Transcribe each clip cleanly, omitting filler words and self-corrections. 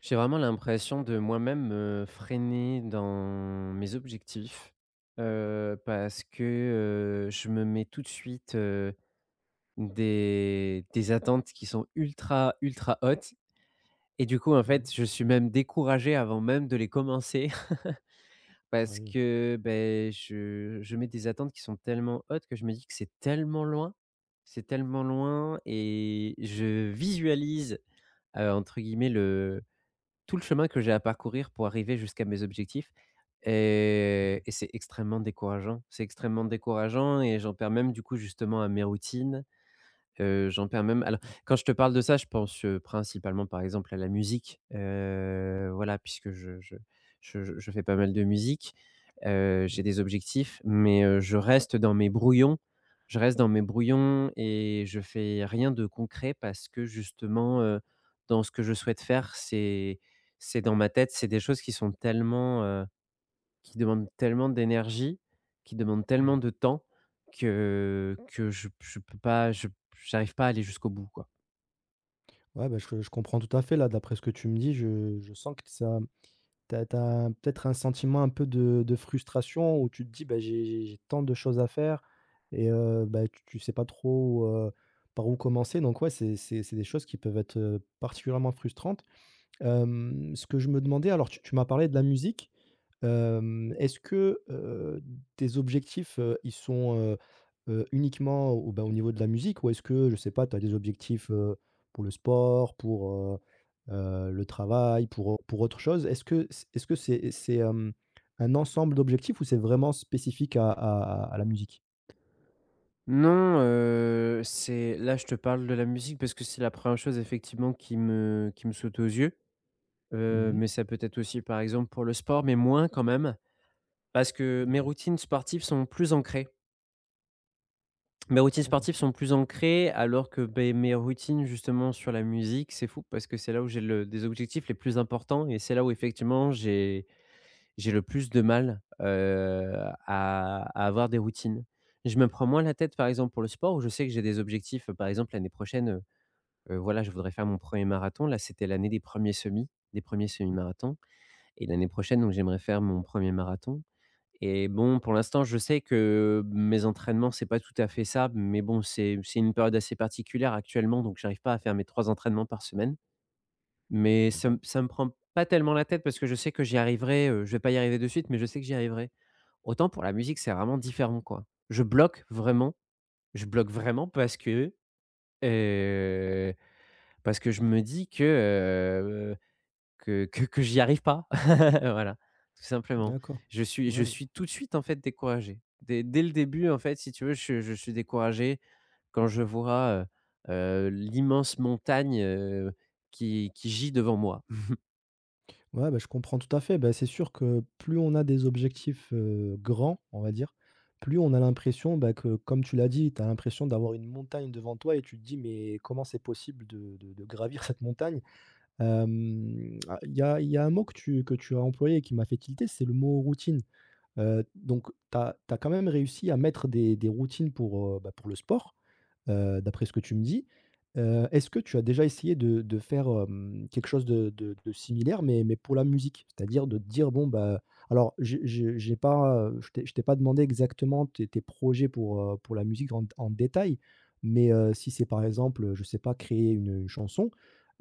J'ai vraiment l'impression de moi-même me freiner dans mes objectifs, parce que, je me mets tout de suite, des attentes qui sont ultra, ultra hautes et du coup, en Ouais. fait, je suis même découragé avant même de les commencer Ah parce oui. que, beh, je mets des attentes qui sont tellement hautes que je me dis que c'est tellement loin et je visualise, entre guillemets, le tout le chemin que j'ai à parcourir pour arriver jusqu'à mes objectifs Mmh. et c'est extrêmement décourageant. C'est extrêmement décourageant et j'en perds même du coup justement à mes routines. J'en perds même alors quand je te parle de ça, je pense, principalement, par exemple, à la musique, voilà, puisque je fais pas mal de musique, j'ai des D'accord. objectifs, mais je reste dans mes brouillons. Je reste dans mes brouillons et je fais rien de concret parce que justement, dans ce que je souhaite faire, c'est dans ma tête, c'est des choses qui sont tellement, qui demande tellement d'énergie, qui demande Mmh. tellement de temps que je peux pas, je j'arrive pas à aller jusqu'au bout, quoi. Ouais, bah, je comprends tout à fait là, d'après ce que tu me dis, je sens que ça t'as as peut-être un sentiment un peu de frustration où tu te dis: «Bah, j'ai tant de choses à faire» et bah, tu sais pas trop, par où commencer. Donc ouais, c'est des choses qui peuvent être, particulièrement frustrantes. Ce que je me demandais, alors tu m'as parlé de la musique. Est-ce que, tes objectifs, ils sont, uniquement au, bah, au niveau de la musique ou est-ce que, je sais pas, tu as des objectifs, pour le sport, pour, le travail, pour autre chose? Est-ce que c'est, un ensemble d'objectifs ou c'est vraiment spécifique à la musique? Non, c'est là, je te parle de la musique parce que c'est la première chose effectivement qui me saute aux yeux, Mmh. mais ça peut être aussi, par exemple, pour le sport, mais moins quand même parce que mes D'accord, routines sportives sont plus ancrées. Mes routines d'accord, sportives sont plus ancrées alors que, beh, mes routines justement sur la musique, c'est fou parce que c'est là où j'ai le des objectifs les plus importants et c'est là où effectivement j'ai le plus de mal, à avoir des routines. Je me prends moins la tête, par exemple, pour le sport où je sais que j'ai des objectifs. Par exemple, l'année prochaine, voilà, je voudrais faire mon premier marathon. Là, c'était l'année des premiers semi-marathons et l'année prochaine, donc j'aimerais faire mon premier marathon et bon, pour l'instant, je sais que mes entraînements, c'est pas tout à fait ça, mais bon, c'est une période assez particulière actuellement, donc j'arrive pas à faire mes 3 entraînements par semaine, mais d'accord, ça me prend pas tellement la tête parce que je sais que j'y arriverai, je vais pas y arriver de suite, mais je sais que j'y arriverai. Autant pour la musique, c'est vraiment différent, quoi. Je bloque vraiment heu, parce que je me dis que, heu, que j'y arrive pas. Voilà, tout simplement. d'accord. Je Ouais, bah suis tout de suite, en fait, découragé. Dès le début, en fait, si tu veux, je suis découragé quand je vois, heu l'immense montagne, qui gît devant moi. Ouais, bah, je comprends tout à fait. Bah, c'est sûr que plus on a des objectifs, grands, on va dire, plus on a l'impression, bah, que comme tu l'as dit, tu as l'impression d'avoir une montagne devant toi et tu te dis: «Mais comment c'est possible de gravir cette montagne?» Ah, il y a un mot que tu as employé et qui m'a fait tilter, c'est le mot routine. Donc tu as quand même réussi à mettre des routines pour, bah, pour le sport, d'après ce que tu me dis. Est-ce que tu as déjà essayé de faire, quelque chose de similaire mais pour la musique? C'est-à-dire de te dire: «Bon, bah» alors j'ai pas, je t'ai pas demandé exactement tes projets pour la musique en détail, mais si c'est par exemple, je sais pas, créer une chanson,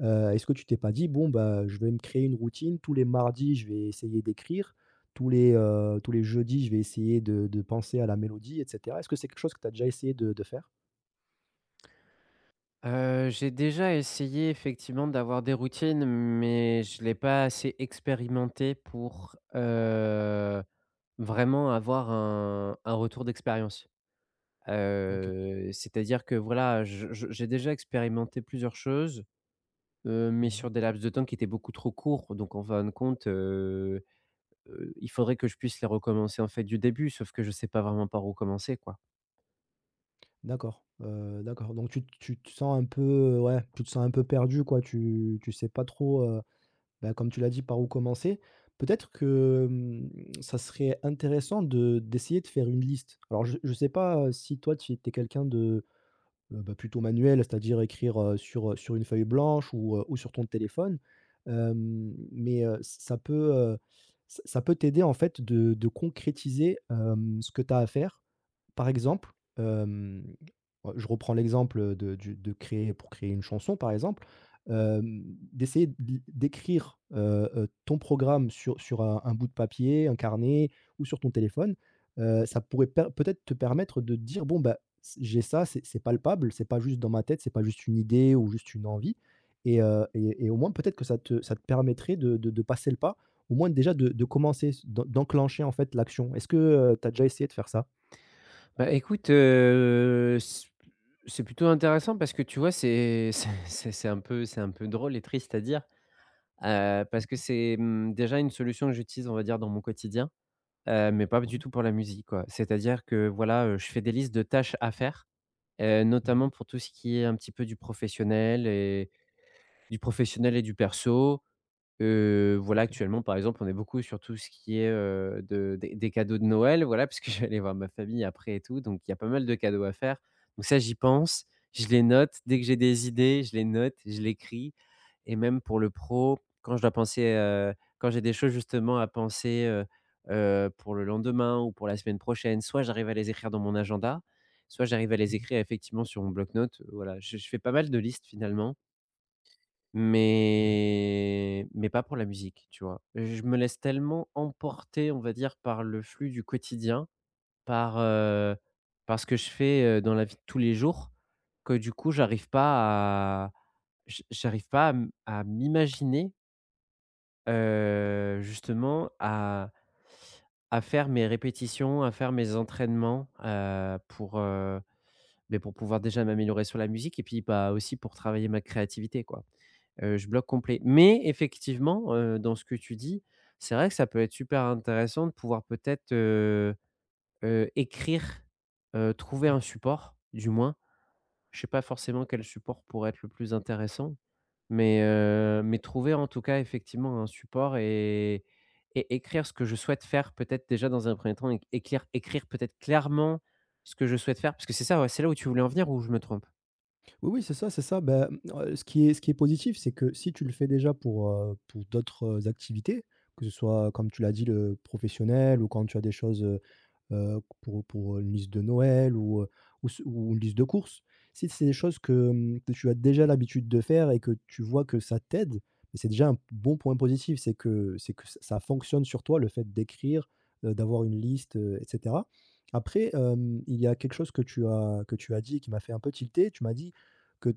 est-ce que tu t'es pas dit: «Bon, bah, je vais me créer une routine, tous les mardis, je vais essayer d'écrire, tous les jeudis, je vais essayer de penser à la mélodie» et cetera? Est-ce que c'est quelque chose que tu as déjà essayé de faire? J'ai déjà essayé effectivement d'avoir des routines, mais je ne l'ai pas assez expérimenté pour, vraiment avoir un retour d'expérience. Ok. C'est-à-dire que voilà, je j'ai déjà expérimenté plusieurs choses, mais Mmh. sur des laps de temps qui étaient beaucoup trop courts. Donc en fin de compte, il faudrait que je puisse les recommencer en fait du début, sauf que je ne sais pas vraiment par où commencer, quoi. D'accord, d'accord, donc tu te sens un peu, ouais, tu te sens un peu perdu quoi, tu sais pas trop, bah, comme tu l'as dit, par où commencer. Peut-être que, ça serait intéressant de d'essayer de faire une liste. Alors je sais pas, si toi tu étais quelqu'un de, bah, plutôt manuel, c'est-à-dire écrire, sur une feuille blanche ou sur ton téléphone, mais, ça peut, ç ça peut t'aider en fait de concrétiser, ce que tu as à faire. Par exemple, hem, ouais, je reprends l'exemple de créer une chanson, par exemple, hem, d'essayer d'écrire, ton programme sur un bout de papier, un carnet ou sur ton téléphone, ça pourrait per peut-être te permettre de te dire: «Bon, bah, c j'ai ça, c'est palpable, c'est pas juste dans ma tête, c'est pas juste une idée ou juste une envie» et au moins, peut-être que ça te permettrait de passer le pas, au moins déjà de commencer, d'enclencher, en fait, l'action. Est-ce que, tu as déjà essayé de faire ça? Bah, écoute, c'est plutôt intéressant parce que tu vois, c'est c'est un peu drôle et triste à dire, parce que Mmh, c'est, mmh, déjà une solution que j'utilise, on va dire, dans mon quotidien, mais pas du ouais. tout pour la musique, quoi. C'est-à-dire que, voilà, je fais des listes de tâches à faire, Mmh. notamment pour tout ce qui est un petit peu du professionnel et du perso. Voilà, OK. actuellement, par exemple, on est beaucoup sur tout ce qui est, de des cadeaux de Noël, voilà, puisque je vais aller voir ma famille après et tout, donc il y a pas mal de cadeaux à faire. Donc ça, j'y pense, je les note. Dès Mmh. que j'ai des idées, je les note, je l'écris et même pour le pro, quand je dois penser, quand j'ai des choses justement à penser, pour le lendemain ou pour la semaine prochaine, soit j'arrive à les écrire dans mon agenda, soit j'arrive à les Mmh. écrire effectivement sur mon bloc-notes, voilà. Je fais pas mal de listes finalement. Ouais. Mais pas pour la musique, tu vois? Je me laisse tellement emporter, on va dire, par le flux du quotidien, par, par ce que je fais, dans la vie de tous les jours, que du coup, j'arrive pas à m'imaginer, justement à faire mes répétitions, à faire mes entraînements, pour, beh, pour pouvoir déjà m'améliorer sur la musique et puis, bah, aussi pour travailler ma créativité, quoi. Je bloque complet. Mais effectivement, dans ce que tu dis, c'est vrai que ça peut être super intéressant de pouvoir peut-être, écrire, trouver Mmh. un support, du moins. Je sais pas forcément quel support pourrait être le plus intéressant, mais trouver en tout cas effectivement un support et écrire ce que je souhaite faire peut-être déjà dans un premier temps, écrire peut-être clairement ce que je souhaite faire, parce que c'est ça, ouais, c'est là où tu voulais en venir ou je me trompe? Oui, oui, c'est ça, c'est ça. Ben, mmh, ce qui est positif, c'est que si tu le fais déjà pour d'autres activités, que ce soit, comme tu l'as dit, le professionnel ou quand tu as des choses, pour une liste de Noël ou ce ou une liste de courses. Si c'est des choses que, que tu as déjà l'habitude de faire et que tu vois que ça t'aide, c'est déjà un bon point positif. C'est que ç ça fonctionne sur toi, le fait d'écrire, d'avoir une liste, et cetera. Après, il y a quelque chose que tu as dit qui m'a fait un peu tilter. Tu m'as dit que,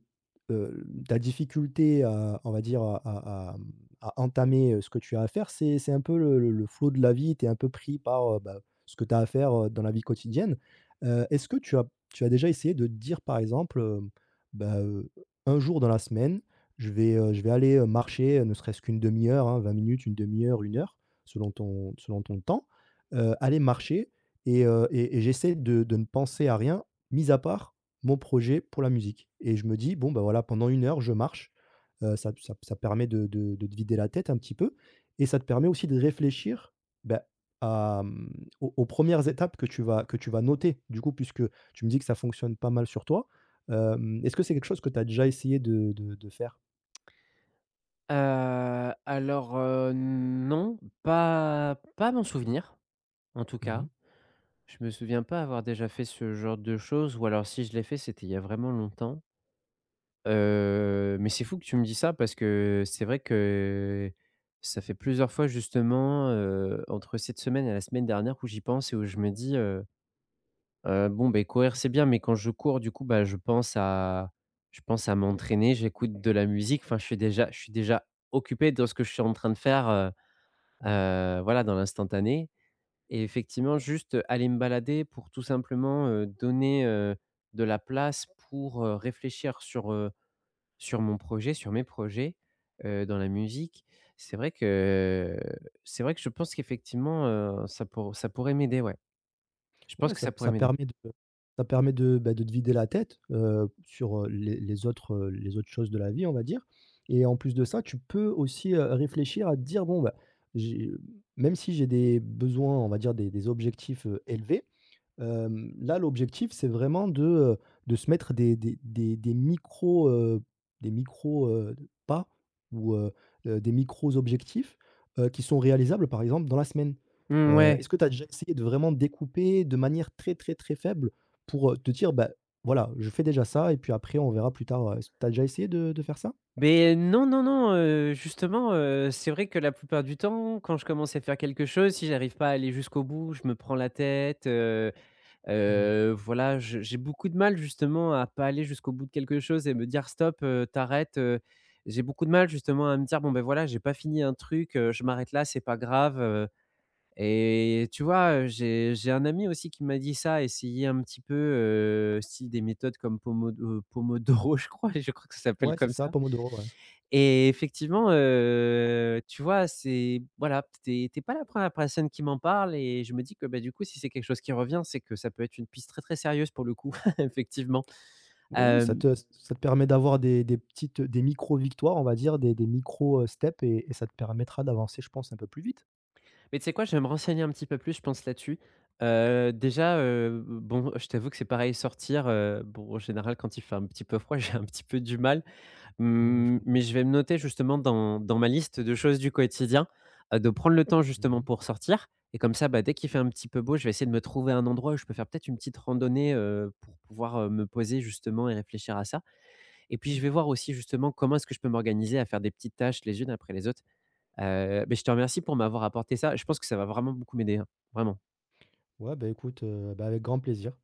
ta difficulté à, on va dire, à entamer, ce que tu as à faire, c'est un peu le flot de la vie. Tu es un peu pris par, bah, ce que tu as à faire, dans la vie quotidienne. Est-ce que tu as déjà essayé de te dire, par exemple, bah, un jour dans la semaine, je vais aller, marcher, ne serait-ce qu'une demi heure, hein, 20 minutes, une demi heure, une heure, selon ton temps, aller marcher et j'essaie de ne penser à rien, mis à part mon projet pour la musique et je me dis: «Bon, bah, voilà, pendant une heure, je marche». Ça permet de te vider la tête un petit peu et ça te permet aussi de réfléchir, bah, à, aux premières étapes que tu vas noter, du coup, puisque tu me dis que ça fonctionne pas mal sur toi. Est-ce que c'est quelque chose que tu as déjà essayé de faire? Alors, non, pas à m'en souvenir, en tout cas. Mmh. Je me souviens pas avoir déjà fait ce genre de choses ou alors si je l'ai fait, c'était il y a vraiment longtemps. Mais c'est fou que tu me dis ça parce que c'est vrai que ça fait plusieurs fois justement, entre cette semaine et la semaine dernière où j'y pense et où je me dis, «Bon, beh, courir c'est bien» mais quand je cours du coup, bah, je pense à m'entraîner, j'écoute de la musique, enfin je suis déjà occupé dans ce que je suis en train de faire, heu. Ouais. Voilà, dans l'instantané et effectivement, juste, aller me balader pour tout simplement, donner, de la place pour, réfléchir sur, sur mon projet, sur mes projets, dans la musique. C'est vrai que c'est vrai que je pense qu'effectivement, ça pour ça pourrait m'aider, ouais. Je pense Ouais, que ça ça pourrait ça m'aider. permet de ça permet de, bah, de te vider la tête, sur, les autres choses de la vie, on va dire et en plus de ça, tu peux aussi, réfléchir à te dire: «Bon, bah, j'ai même si j'ai des besoins, on va dire des objectifs, élevés. Là, l'objectif, c'est vraiment de se mettre des micros, des micros, pas ou, des micros objectifs, qui sont réalisables, par exemple, dans la semaine. Mmh, ouais. Est-ce que tu as déjà essayé de vraiment découper de manière très, très, très faible pour, te dire: «Bah, voilà, je fais déjà ça et puis après on verra plus tard», est-ce que tu as déjà essayé de faire ça? Mais non, non, non, justement, c'est vrai que la plupart du temps, quand je commence à faire quelque chose, si j'arrive pas à aller jusqu'au bout, je me prends la tête. Mmh. Voilà, je j'ai beaucoup de mal justement à pas aller jusqu'au bout de quelque chose et me dire: «Stop, t'arrêtes», j'ai beaucoup de mal justement à me dire: «Bon, ben voilà, j'ai pas fini un truc, je m'arrête là, c'est pas grave», et tu vois, j'ai un ami aussi qui m'a dit ça, essayer un petit peu, style des méthodes comme Pomodoro, je crois que ça s'appelle Ouais, c'est comme ça, ça. Pomodoro, ouais. Et effectivement, tu vois, c'est voilà, tu es pas la première personne qui m'en parle et je me dis que, bah, du coup, si c'est quelque chose qui revient, c'est que ça peut être une piste très, très sérieuse pour le coup, effectivement. Oui, oui, ça Hem, te ça te permet d'avoir des petites, des micro-victoires, on va dire, des micro, steps et ça te permettra d'avancer, je pense, un peu plus vite. mais tu sais quoi? Je vais me renseigner un petit peu plus, je pense, là-dessus. Déjà, bon, je t'avoue que c'est pareil sortir, bon, en général, quand il fait un petit peu froid, j'ai un petit peu du mal. Ouais, je Mmh, mais comprends. je vais me noter justement dans ma liste de choses du quotidien, de prendre le temps justement Mmh. pour sortir et comme ça, bah, dès qu'il fait un petit peu beau, je vais essayer de me trouver un endroit où je peux faire peut-être une petite randonnée, pour pouvoir, me poser justement et réfléchir à ça et puis Ouais. je vais voir aussi justement comment est-ce que je peux m'organiser à faire des petites tâches les unes après les autres. Beh, je te remercie pour m'avoir apporté ça. Je pense que ça va vraiment beaucoup m'aider, hein, vraiment. Ouais, bah, écoute, bah, avec grand plaisir.